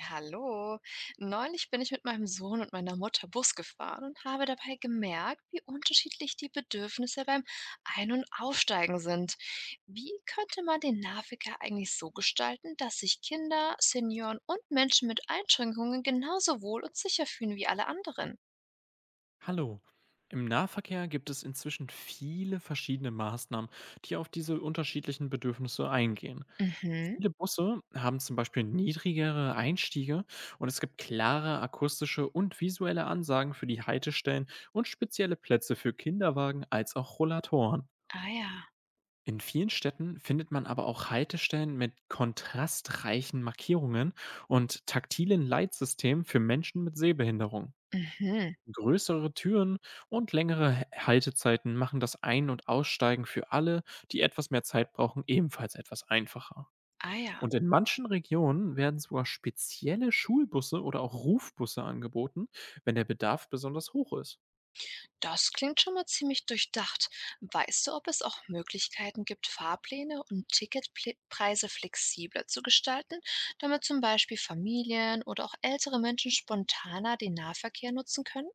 Hallo. Neulich bin ich mit meinem Sohn und meiner Mutter Bus gefahren und habe dabei gemerkt, wie unterschiedlich die Bedürfnisse beim Ein- und Aufsteigen sind. Wie könnte man den Nahverkehr eigentlich so gestalten, dass sich Kinder, Senioren und Menschen mit Einschränkungen genauso wohl und sicher fühlen wie alle anderen? Hallo. Im Nahverkehr gibt es inzwischen viele verschiedene Maßnahmen, die auf diese unterschiedlichen Bedürfnisse eingehen. Mhm. Viele Busse haben zum Beispiel niedrigere Einstiege und es gibt klare akustische und visuelle Ansagen für die Haltestellen und spezielle Plätze für Kinderwagen als auch Rollatoren. Ah ja. In vielen Städten findet man aber auch Haltestellen mit kontrastreichen Markierungen und taktilen Leitsystemen für Menschen mit Sehbehinderung. Mhm. Größere Türen und längere Haltezeiten machen das Ein- und Aussteigen für alle, die etwas mehr Zeit brauchen, ebenfalls etwas einfacher. Ah ja. Und in manchen Regionen werden sogar spezielle Schulbusse oder auch Rufbusse angeboten, wenn der Bedarf besonders hoch ist. Das klingt schon mal ziemlich durchdacht. Weißt du, ob es auch Möglichkeiten gibt, Fahrpläne und Ticketpreise flexibler zu gestalten, damit zum Beispiel Familien oder auch ältere Menschen spontaner den Nahverkehr nutzen können?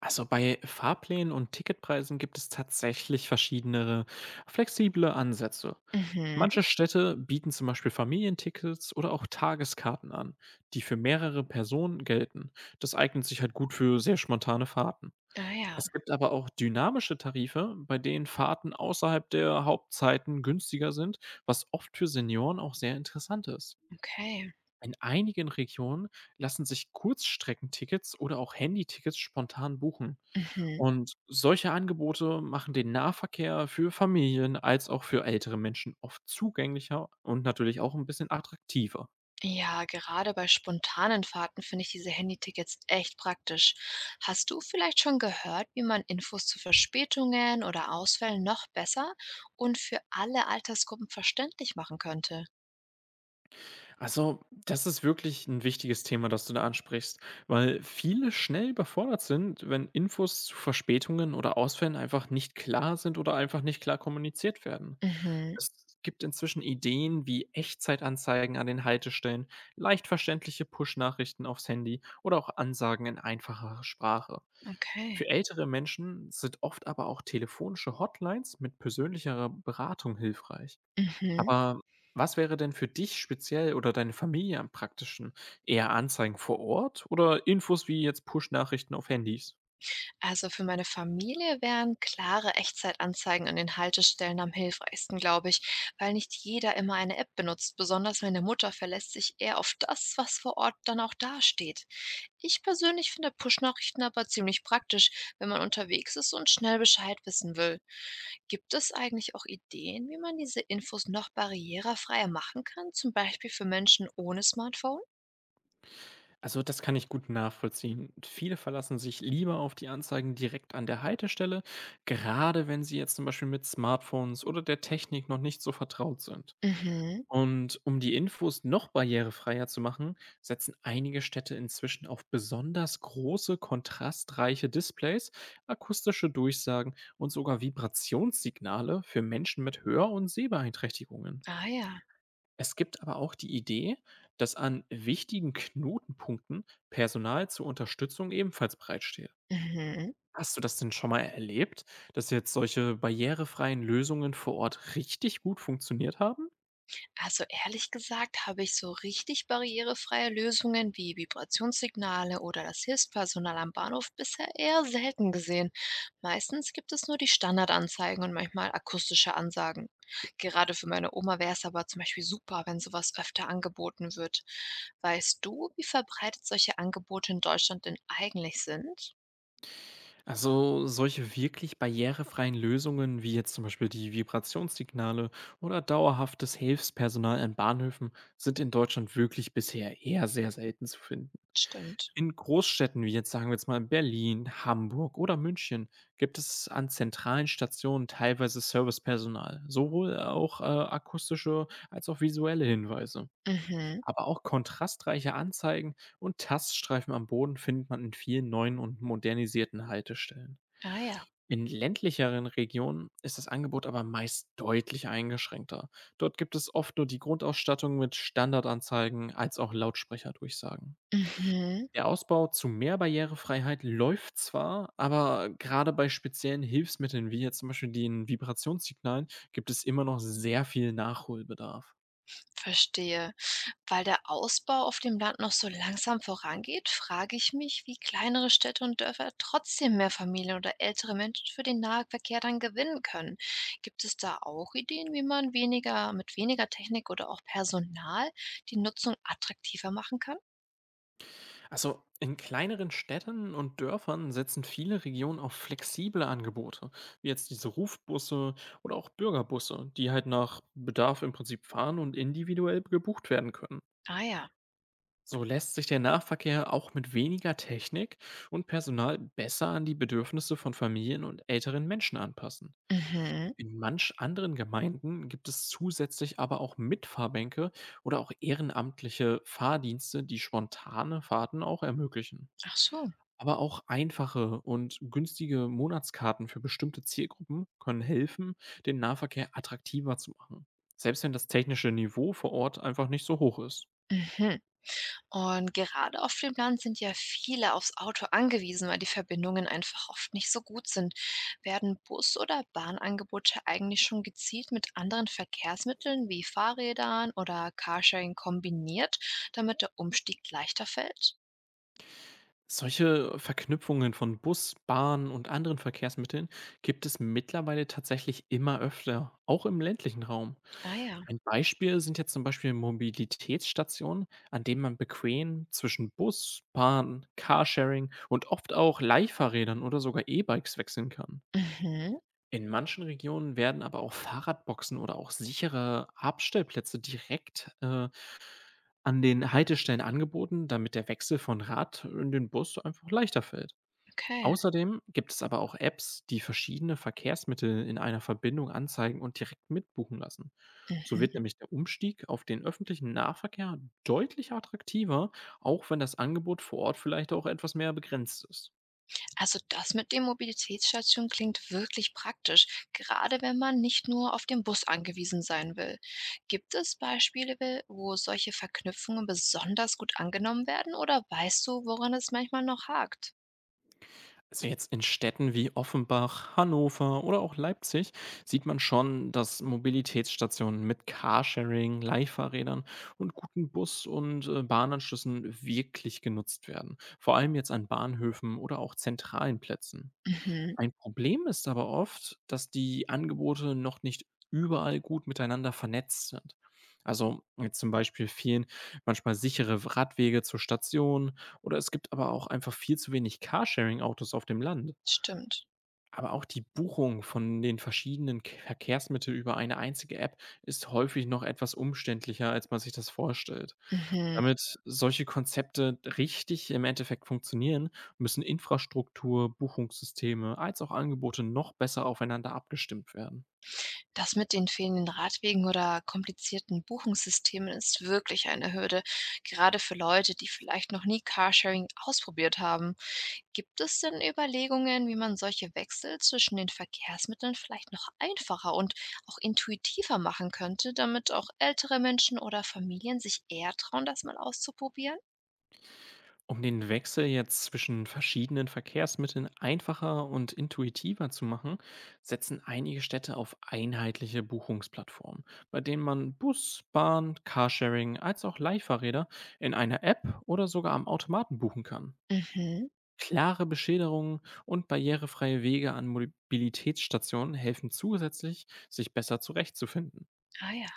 Also bei Fahrplänen und Ticketpreisen gibt es tatsächlich verschiedene flexible Ansätze. Mhm. Manche Städte bieten zum Beispiel Familientickets oder auch Tageskarten an, die für mehrere Personen gelten. Das eignet sich halt gut für sehr spontane Fahrten. Ah ja, Es gibt aber auch dynamische Tarife, bei denen Fahrten außerhalb der Hauptzeiten günstiger sind, was oft für Senioren auch sehr interessant ist. okay. In einigen Regionen lassen sich Kurzstreckentickets oder auch Handytickets spontan buchen. Mhm. Und solche Angebote machen den Nahverkehr für Familien als auch für ältere Menschen oft zugänglicher und natürlich auch ein bisschen attraktiver. Ja, gerade bei spontanen Fahrten finde ich diese Handytickets echt praktisch. Hast du vielleicht schon gehört, wie man Infos zu Verspätungen oder Ausfällen noch besser und für alle Altersgruppen verständlich machen könnte? Also, das ist wirklich ein wichtiges Thema, das du da ansprichst, weil viele schnell überfordert sind, wenn Infos zu Verspätungen oder Ausfällen einfach nicht klar sind oder einfach nicht klar kommuniziert werden. Mhm. Es gibt inzwischen Ideen wie Echtzeitanzeigen an den Haltestellen, leicht verständliche Push-Nachrichten aufs Handy oder auch Ansagen in einfacherer Sprache. Okay. Für ältere Menschen sind oft aber auch telefonische Hotlines mit persönlicherer Beratung hilfreich. Mhm. Aber was wäre denn für dich speziell oder deine Familie am praktischen? Eher Anzeigen vor Ort oder Infos wie jetzt Push-Nachrichten auf Handys? Also für meine Familie wären klare Echtzeitanzeigen an den Haltestellen am hilfreichsten, glaube ich, weil nicht jeder immer eine App benutzt. Besonders meine Mutter verlässt sich eher auf das, was vor Ort dann auch dasteht. Ich persönlich finde Push-Nachrichten aber ziemlich praktisch, wenn man unterwegs ist und schnell Bescheid wissen will. Gibt es eigentlich auch Ideen, wie man diese Infos noch barrierefreier machen kann, zum Beispiel für Menschen ohne Smartphone? Also das kann ich gut nachvollziehen. Viele verlassen sich lieber auf die Anzeigen direkt an der Haltestelle, gerade wenn sie jetzt zum Beispiel mit Smartphones oder der Technik noch nicht so vertraut sind. Mhm. Und um die Infos noch barrierefreier zu machen, setzen einige Städte inzwischen auf besonders große, kontrastreiche Displays, akustische Durchsagen und sogar Vibrationssignale für Menschen mit Hör- und Sehbeeinträchtigungen. Ah ja. Es gibt aber auch die Idee, dass an wichtigen Knotenpunkten Personal zur Unterstützung ebenfalls bereitsteht. Mhm. Hast du das denn schon mal erlebt, dass jetzt solche barrierefreien Lösungen vor Ort richtig gut funktioniert haben? Also ehrlich gesagt habe ich so richtig barrierefreie Lösungen wie Vibrationssignale oder das Hilfspersonal am Bahnhof bisher eher selten gesehen. Meistens gibt es nur die Standardanzeigen und manchmal akustische Ansagen. Gerade für meine Oma wäre es aber zum Beispiel super, wenn sowas öfter angeboten wird. Weißt du, wie verbreitet solche Angebote in Deutschland denn eigentlich sind? Also solche wirklich barrierefreien Lösungen wie jetzt zum Beispiel die Vibrationssignale oder dauerhaftes Hilfspersonal an Bahnhöfen sind in Deutschland wirklich bisher eher sehr selten zu finden. Stimmt. In Großstädten wie jetzt sagen wir jetzt mal Berlin, Hamburg oder München gibt es an zentralen Stationen teilweise Servicepersonal, sowohl auch akustische als auch visuelle Hinweise. Mhm. Aber auch kontrastreiche Anzeigen und Taststreifen am Boden findet man in vielen neuen und modernisierten Haltestellen. Ah ja. In ländlicheren Regionen ist das Angebot aber meist deutlich eingeschränkter. Dort gibt es oft nur die Grundausstattung mit Standardanzeigen als auch Lautsprecherdurchsagen. Mhm. Der Ausbau zu mehr Barrierefreiheit läuft zwar, aber gerade bei speziellen Hilfsmitteln wie jetzt zum Beispiel den Vibrationssignalen gibt es immer noch sehr viel Nachholbedarf. Verstehe. Weil der Ausbau auf dem Land noch so langsam vorangeht, frage ich mich, wie kleinere Städte und Dörfer trotzdem mehr Familien oder ältere Menschen für den Nahverkehr dann gewinnen können. Gibt es da auch Ideen, wie man weniger mit weniger Technik oder auch Personal die Nutzung attraktiver machen kann? Also in kleineren Städten und Dörfern setzen viele Regionen auf flexible Angebote, wie jetzt diese Rufbusse oder auch Bürgerbusse, die halt nach Bedarf im Prinzip fahren und individuell gebucht werden können. Ah ja. So lässt sich der Nahverkehr auch mit weniger Technik und Personal besser an die Bedürfnisse von Familien und älteren Menschen anpassen. Mhm. In manch anderen Gemeinden gibt es zusätzlich aber auch Mitfahrbänke oder auch ehrenamtliche Fahrdienste, die spontane Fahrten auch ermöglichen. Ach so. Aber auch einfache und günstige Monatskarten für bestimmte Zielgruppen können helfen, den Nahverkehr attraktiver zu machen, selbst wenn das technische Niveau vor Ort einfach nicht so hoch ist. Mhm. Und gerade auf dem Land sind ja viele aufs Auto angewiesen, weil die Verbindungen einfach oft nicht so gut sind. Werden Bus- oder Bahnangebote eigentlich schon gezielt mit anderen Verkehrsmitteln wie Fahrrädern oder Carsharing kombiniert, damit der Umstieg leichter fällt? Solche Verknüpfungen von Bus, Bahn und anderen Verkehrsmitteln gibt es mittlerweile tatsächlich immer öfter, auch im ländlichen Raum. Ah ja. Ein Beispiel sind jetzt zum Beispiel Mobilitätsstationen, an denen man bequem zwischen Bus, Bahn, Carsharing und oft auch Leihfahrrädern oder sogar E-Bikes wechseln kann. Mhm. In manchen Regionen werden aber auch Fahrradboxen oder auch sichere Abstellplätze direkt an den Haltestellen angeboten, damit der Wechsel von Rad in den Bus einfach leichter fällt. Okay. Außerdem gibt es aber auch Apps, die verschiedene Verkehrsmittel in einer Verbindung anzeigen und direkt mitbuchen lassen. So Mhm. wird nämlich der Umstieg auf den öffentlichen Nahverkehr deutlich attraktiver, auch wenn das Angebot vor Ort vielleicht auch etwas mehr begrenzt ist. Also das mit den Mobilitätsstationen klingt wirklich praktisch, gerade wenn man nicht nur auf den Bus angewiesen sein will. Gibt es Beispiele, wo solche Verknüpfungen besonders gut angenommen werden oder weißt du, woran es manchmal noch hakt? Also jetzt in Städten wie Offenbach, Hannover oder auch Leipzig sieht man schon, dass Mobilitätsstationen mit Carsharing, Leihfahrrädern und guten Bus- und Bahnanschlüssen wirklich genutzt werden. Vor allem jetzt an Bahnhöfen oder auch zentralen Plätzen. Mhm, Ein Problem ist aber oft, dass die Angebote noch nicht überall gut miteinander vernetzt sind. Also jetzt zum Beispiel fehlen manchmal sichere Radwege zur Station oder es gibt aber auch einfach viel zu wenig Carsharing-Autos auf dem Land. stimmt. Aber auch die Buchung von den verschiedenen K Verkehrsmitteln über eine einzige App ist häufig noch etwas umständlicher, als man sich das vorstellt. Mhm. Damit solche Konzepte richtig im Endeffekt funktionieren, müssen Infrastruktur, Buchungssysteme als auch Angebote noch besser aufeinander abgestimmt werden. Das mit den fehlenden Radwegen oder komplizierten Buchungssystemen ist wirklich eine Hürde, gerade für Leute, die vielleicht noch nie Carsharing ausprobiert haben. Gibt es denn Überlegungen, wie man solche Wechsel zwischen den Verkehrsmitteln vielleicht noch einfacher und auch intuitiver machen könnte, damit auch ältere Menschen oder Familien sich eher trauen, das mal auszuprobieren? Um den Wechsel jetzt zwischen verschiedenen Verkehrsmitteln einfacher und intuitiver zu machen, setzen einige Städte auf einheitliche Buchungsplattformen, bei denen man Bus, Bahn, Carsharing als auch Leihfahrräder in einer App oder sogar am Automaten buchen kann. Mhm. Klare Beschilderungen und barrierefreie Wege an Mobilitätsstationen helfen zusätzlich, sich besser zurechtzufinden. Ah ja.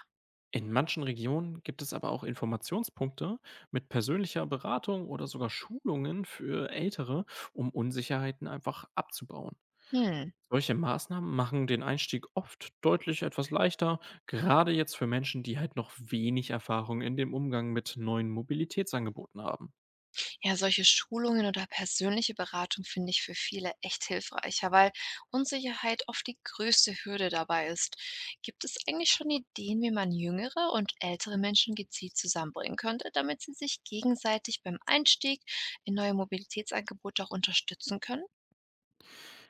In manchen Regionen gibt es aber auch Informationspunkte mit persönlicher Beratung oder sogar Schulungen für Ältere, um Unsicherheiten einfach abzubauen. Hm. Solche Maßnahmen machen den Einstieg oft deutlich etwas leichter, gerade jetzt für Menschen, die halt noch wenig Erfahrung in dem Umgang mit neuen Mobilitätsangeboten haben. Ja, solche Schulungen oder persönliche Beratung finde ich für viele echt hilfreicher, weil Unsicherheit oft die größte Hürde dabei ist. Gibt es eigentlich schon Ideen, wie man jüngere und ältere Menschen gezielt zusammenbringen könnte, damit sie sich gegenseitig beim Einstieg in neue Mobilitätsangebote auch unterstützen können?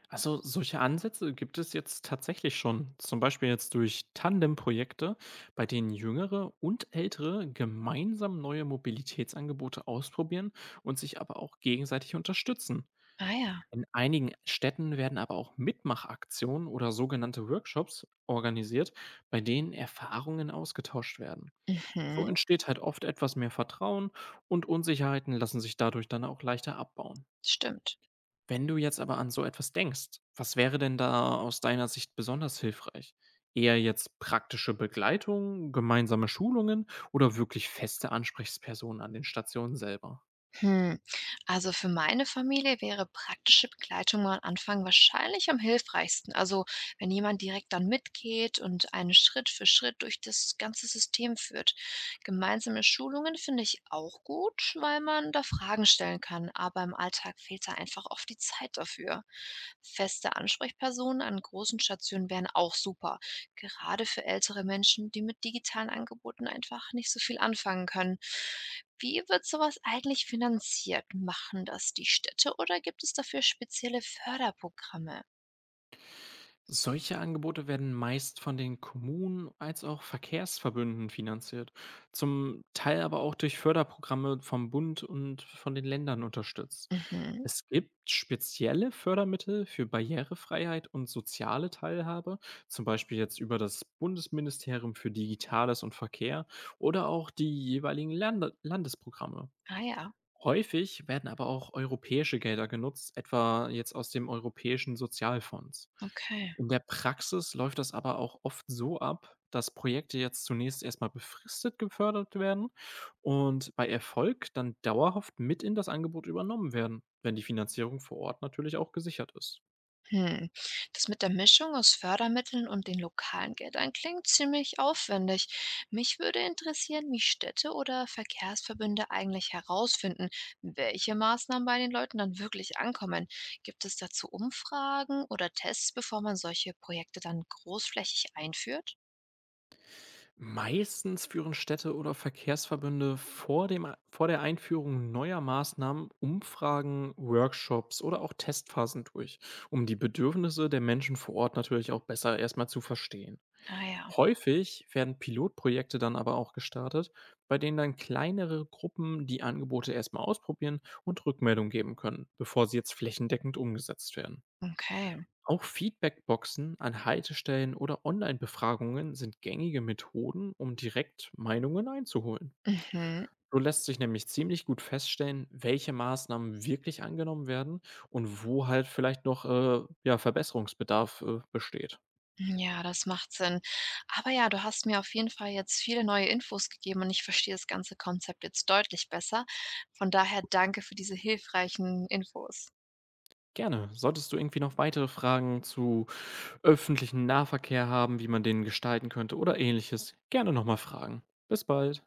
Also solche Ansätze gibt es jetzt tatsächlich schon, zum Beispiel jetzt durch Tandem-Projekte, bei denen Jüngere und Ältere gemeinsam neue Mobilitätsangebote ausprobieren und sich aber auch gegenseitig unterstützen. Ah ja, In einigen Städten werden aber auch Mitmachaktionen oder sogenannte Workshops organisiert, bei denen Erfahrungen ausgetauscht werden. So mhm, entsteht halt oft etwas mehr Vertrauen und Unsicherheiten lassen sich dadurch dann auch leichter abbauen. stimmt. Wenn du jetzt aber an so etwas denkst, was wäre denn da aus deiner Sicht besonders hilfreich? Eher jetzt praktische Begleitung, gemeinsame Schulungen oder wirklich feste Ansprechpersonen an den Stationen selber? Hm. Also für meine Familie wäre praktische Begleitung am Anfang wahrscheinlich am hilfreichsten. Also wenn jemand direkt dann mitgeht und einen Schritt für Schritt durch das ganze System führt. Gemeinsame Schulungen finde ich auch gut, weil man da Fragen stellen kann, aber im Alltag fehlt da einfach oft die Zeit dafür. Feste Ansprechpersonen an großen Stationen wären auch super. Gerade für ältere Menschen, die mit digitalen Angeboten einfach nicht so viel anfangen können. Wie wird so was eigentlich finanziert? Machen das die Städte oder gibt es dafür spezielle Förderprogramme? Solche Angebote werden meist von den Kommunen als auch Verkehrsverbünden finanziert, zum Teil aber auch durch Förderprogramme vom Bund und von den Ländern unterstützt. Mhm. Es gibt spezielle Fördermittel für Barrierefreiheit und soziale Teilhabe, zum Beispiel jetzt über das Bundesministerium für Digitales und Verkehr oder auch die jeweiligen Landesprogramme. Ah ja, Häufig werden aber auch europäische Gelder genutzt, etwa jetzt aus dem Europäischen Sozialfonds. okay. In der Praxis läuft das aber auch oft so ab, dass Projekte jetzt zunächst erstmal befristet gefördert werden und bei Erfolg dann dauerhaft mit in das Angebot übernommen werden, wenn die Finanzierung vor Ort natürlich auch gesichert ist. Hm. Das mit der Mischung aus Fördermitteln und den lokalen Geldern klingt ziemlich aufwendig. Mich würde interessieren, wie Städte oder Verkehrsverbünde eigentlich herausfinden, welche Maßnahmen bei den Leuten dann wirklich ankommen. Gibt es dazu Umfragen oder Tests, bevor man solche Projekte dann großflächig einführt? Meistens führen Städte oder Verkehrsverbünde vor der Einführung neuer Maßnahmen Umfragen, Workshops oder auch Testphasen durch, um die Bedürfnisse der Menschen vor Ort natürlich auch besser erstmal zu verstehen. Ah ja, Häufig werden Pilotprojekte dann aber auch gestartet, bei denen dann kleinere Gruppen die Angebote erstmal ausprobieren und Rückmeldung geben können, bevor sie jetzt flächendeckend umgesetzt werden. okay. Auch Feedbackboxen an Haltestellen oder Online-Befragungen sind gängige Methoden, um direkt Meinungen einzuholen. Mhm. So lässt sich nämlich ziemlich gut feststellen, welche Maßnahmen wirklich angenommen werden und wo halt vielleicht noch Verbesserungsbedarf besteht. Ja, das macht Sinn. Aber ja, du hast mir auf jeden Fall jetzt viele neue Infos gegeben und ich verstehe das ganze Konzept jetzt deutlich besser. Von daher danke für diese hilfreichen Infos. Gerne. Solltest du irgendwie noch weitere Fragen zu öffentlichen Nahverkehr haben, wie man den gestalten könnte oder ähnliches, gerne nochmal fragen. Bis bald.